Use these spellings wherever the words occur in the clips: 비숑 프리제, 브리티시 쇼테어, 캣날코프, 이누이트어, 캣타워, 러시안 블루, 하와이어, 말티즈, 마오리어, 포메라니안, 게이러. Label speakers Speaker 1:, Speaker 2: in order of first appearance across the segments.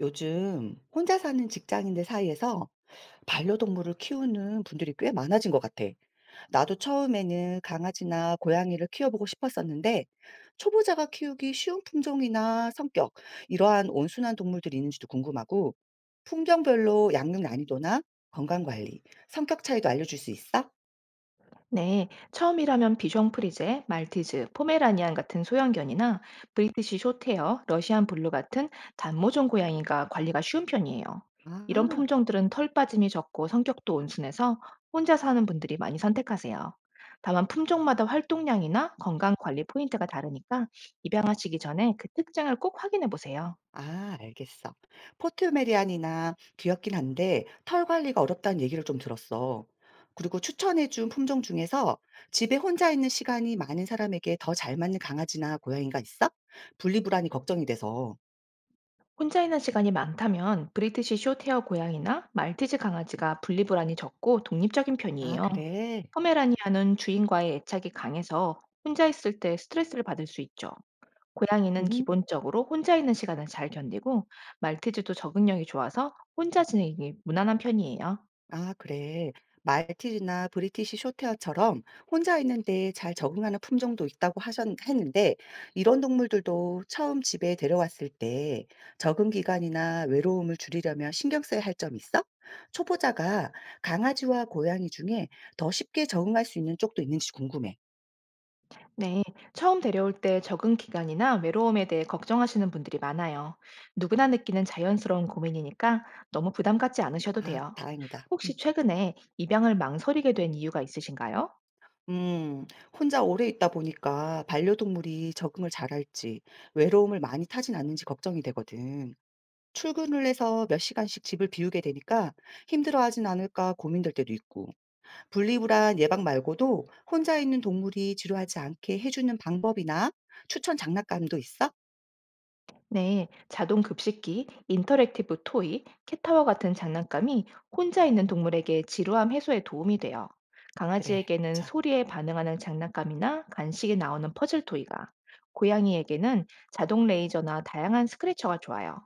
Speaker 1: 요즘 혼자 사는 직장인들 사이에서 반려동물을 키우는 분들이 꽤 많아진 것 같아. 나도 처음에는 강아지나 고양이를 키워보고 싶었었는데, 초보자가 키우기 쉬운 품종이나 성격, 이러한 온순한 동물들이 있는지도 궁금하고, 품종별로 양육 난이도나 건강 관리, 성격 차이도 알려줄 수 있어?
Speaker 2: 네, 처음이라면 비숑 프리제, 말티즈, 포메라니안 같은 소형견이나 브리티시 쇼테어, 러시안 블루 같은 단모종 고양이가 관리가 쉬운 편이에요. 이런
Speaker 1: 아,
Speaker 2: 품종들은 털 빠짐이 적고 성격도 온순해서 혼자 사는 분들이 많이 선택하세요. 다만 품종마다 활동량이나 건강 관리 포인트가 다르니까 입양하시기 전에 그 특징을 꼭 확인해 보세요.
Speaker 1: 알겠어. 포트메리안이나 귀엽긴 한데 털 관리가 어렵다는 얘기를 좀 들었어. 그리고 추천해 준 품종 중에서 집에 혼자 있는 시간이 많은 사람에게 더 잘 맞는 강아지나 고양이가 있어? 분리불안이 걱정이 돼서.
Speaker 2: 혼자 있는 시간이 많다면 브리티시 숏헤어 고양이나 말티즈 강아지가 분리불안이 적고 독립적인
Speaker 1: 아
Speaker 2: 편이에요.
Speaker 1: 그래?
Speaker 2: 포메라니아는 주인과의 애착이 강해서 혼자 있을 때 스트레스를 받을 수 있죠. 고양이는
Speaker 1: 음.
Speaker 2: 기본적으로 혼자 있는 시간을 잘 견디고 말티즈도 적응력이 좋아서 혼자 지내기 무난한 편이에요.
Speaker 1: 아, 그래. 말티즈나 브리티시 쇼테어처럼 혼자 있는데 잘 적응하는 품종도 있다고 했는데, 이런 동물들도 처음 집에 데려왔을 때 적응 기간이나 외로움을 줄이려면 신경 써야 할 점 있어? 초보자가 강아지와 고양이 중에 더 쉽게 적응할 수 있는 쪽도 있는지 궁금해.
Speaker 2: 네, 처음 데려올 때 적응 기간이나 외로움에 대해 걱정하시는 분들이 많아요. 누구나 느끼는 자연스러운 고민이니까 너무 부담 갖지 않으셔도
Speaker 1: 아,
Speaker 2: 돼요.
Speaker 1: 다행이다.
Speaker 2: 혹시 최근에 입양을 망설이게 된 이유가 있으신가요?
Speaker 1: 음, 혼자 오래 있다 보니까 반려동물이 적응을 잘할지, 외로움을 많이 타진 않는지 걱정이 되거든. 출근을 해서 몇 시간씩 집을 비우게 되니까 힘들어하진 않을까 고민될 때도 있고, 분리불안 예방 말고도 혼자 있는 동물이 지루하지 않게 해주는 방법이나 추천 장난감도 있어?
Speaker 2: 네, 자동 급식기, 인터랙티브 토이, 캣타워 같은 장난감이 혼자 있는 동물에게 지루함 해소에 도움이 돼요.
Speaker 1: 그래,
Speaker 2: 강아지에게는
Speaker 1: 맞아.
Speaker 2: 소리에 반응하는 장난감이나 간식이 나오는 퍼즐 토이가, 고양이에게는 자동 레이저나 다양한 스크래쳐가 좋아요.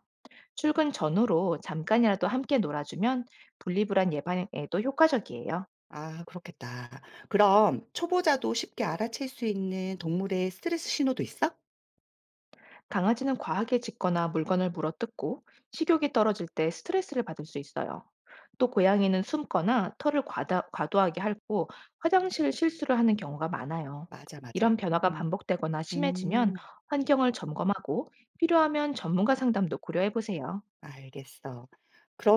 Speaker 2: 출근 전후로 잠깐이라도 함께 놀아주면 분리불안 예방에도 효과적이에요.
Speaker 1: 아, 그렇겠다. 그럼 초보자도 쉽게 알아챌 수 있는 동물의 스트레스 신호도 있어?
Speaker 2: 강아지는 과하게 짖거나 물건을 물어뜯고 식욕이 떨어질 때 스트레스를 받을 수 있어요. 또 고양이는 숨거나 털을 과도하게 핥고 화장실 실수를 하는 경우가 많아요.
Speaker 1: 맞아, 맞아.
Speaker 2: 이런 변화가
Speaker 1: 음,
Speaker 2: 반복되거나 심해지면
Speaker 1: 음.
Speaker 2: 환경을 점검하고 필요하면 전문가 상담도 고려해 보세요.
Speaker 1: 알겠어.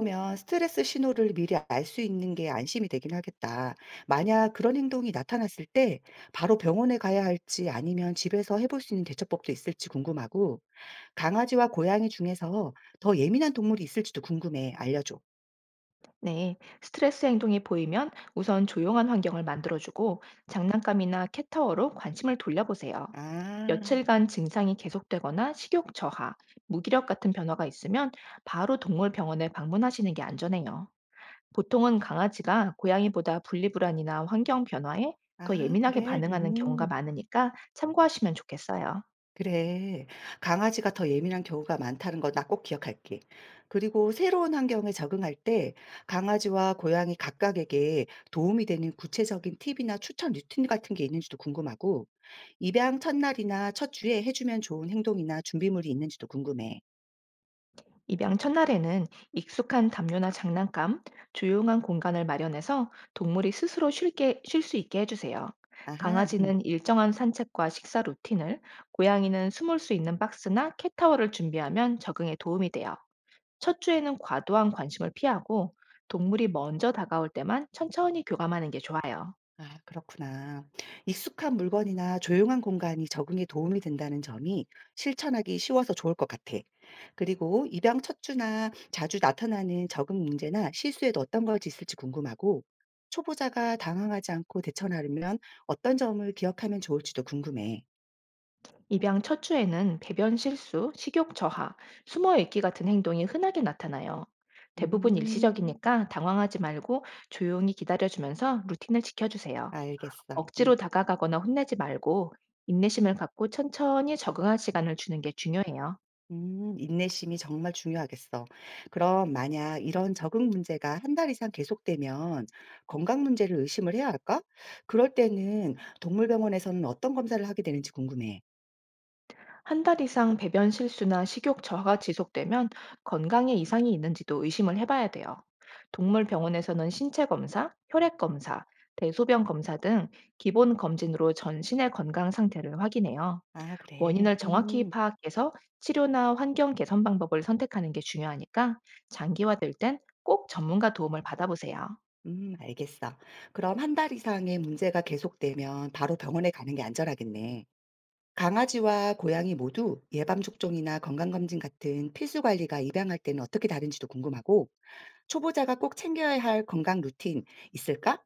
Speaker 1: 그러면 스트레스 신호를 미리 알 수 있는 게 안심이 되긴 하겠다. 만약 그런 행동이 나타났을 때 바로 병원에 가야 할지 아니면 집에서 해볼 수 있는 대처법도 있을지 궁금하고, 강아지와 고양이 중에서 더 예민한 동물이 있을지도 궁금해. 알려줘.
Speaker 2: 네, 스트레스 행동이 보이면 우선 조용한 환경을 만들어주고 장난감이나 캣타워로 관심을 돌려보세요.
Speaker 1: 아,
Speaker 2: 며칠간 증상이 계속되거나 식욕 저하, 무기력 같은 변화가 있으면 바로 동물병원에 방문하시는 게 안전해요. 보통은 강아지가 고양이보다 분리불안이나 환경 변화에 더 예민하게
Speaker 1: 그래?
Speaker 2: 반응하는 경우가
Speaker 1: 음.
Speaker 2: 많으니까 참고하시면 좋겠어요.
Speaker 1: 그래. 강아지가 더 예민한 경우가 많다는 거 나 꼭 기억할게. 그리고 새로운 환경에 적응할 때 강아지와 고양이 각각에게 도움이 되는 구체적인 팁이나 추천 루틴 같은 게 있는지도 궁금하고, 입양 첫날이나 첫 주에 해주면 좋은 행동이나 준비물이 있는지도 궁금해.
Speaker 2: 입양 첫날에는 익숙한 담요나 장난감, 조용한 공간을 마련해서 동물이 스스로 쉴 수 있게 해주세요.
Speaker 1: 아하,
Speaker 2: 강아지는 일정한 산책과 식사 루틴을, 고양이는 숨을 수 있는 박스나 캣타워를 준비하면 적응에 도움이 돼요. 첫 주에는 과도한 관심을 피하고 동물이 먼저 다가올 때만 천천히 교감하는 게 좋아요.
Speaker 1: 아 그렇구나. 익숙한 물건이나 조용한 공간이 적응에 도움이 된다는 점이 실천하기 쉬워서 좋을 것 같아. 그리고 입양 첫 주나 자주 나타나는 적응 문제나 실수에도 어떤 것이 있을지 궁금하고, 초보자가 당황하지 않고 대처하려면 어떤 점을 기억하면 좋을지도 궁금해.
Speaker 2: 입양 첫 주에는 배변 실수, 식욕 저하, 숨어 있기 같은 행동이 흔하게 나타나요. 대부분
Speaker 1: 음.
Speaker 2: 일시적이니까 당황하지 말고 조용히 기다려주면서 루틴을 지켜주세요.
Speaker 1: 알겠어.
Speaker 2: 억지로
Speaker 1: 음.
Speaker 2: 다가가거나 혼내지 말고 인내심을 갖고 천천히 적응할 시간을 주는 게 중요해요.
Speaker 1: 인내심이 정말 중요하겠어. 그럼 만약 이런 적응 문제가 한 달 이상 계속되면 건강 문제를 의심을 해야 할까? 그럴 때는 동물병원에서는 어떤 검사를 하게 되는지 궁금해.
Speaker 2: 한 달 이상 배변 실수나 식욕 저하가 지속되면 건강에 이상이 있는지도 의심을 해봐야 돼요. 동물 병원에서는 신체 검사, 혈액 검사, 대소변 검사 등 기본 검진으로 전신의 건강 상태를 확인해요.
Speaker 1: 아, 그래.
Speaker 2: 원인을 정확히 파악해서 치료나 환경 개선 방법을 선택하는 게 중요하니까 장기화될 땐 꼭 전문가 도움을 받아보세요.
Speaker 1: 알겠어. 그럼 한 달 이상의 문제가 계속되면 바로 병원에 가는 게 안전하겠네. 강아지와 고양이 모두 예방접종이나 건강검진 같은 필수 관리가 입양할 때는 어떻게 다른지도 궁금하고, 초보자가 꼭 챙겨야 할 건강 루틴 있을까?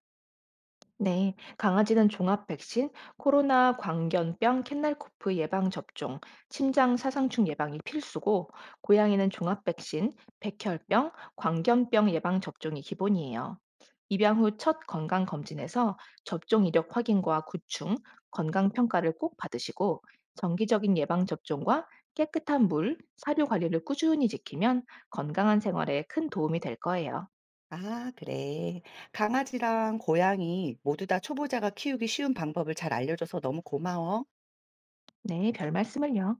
Speaker 2: 네, 강아지는 종합 백신, 코로나, 광견병, 캣날코프 예방 접종, 침장 사상충 예방이 필수고, 고양이는 종합 백신, 백혈병, 광견병 예방 접종이 기본이에요. 입양 후 첫 건강 검진에서 접종 이력 확인과 구충, 건강 평가를 꼭 받으시고, 정기적인 예방 접종과 깨끗한 물, 사료 관리를 꾸준히 지키면 건강한 생활에 큰 도움이 될 거예요.
Speaker 1: 아, 그래. 강아지랑 고양이 모두 다 초보자가 키우기 쉬운 방법을 잘 알려줘서 너무 고마워.
Speaker 2: 네, 별 말씀을요.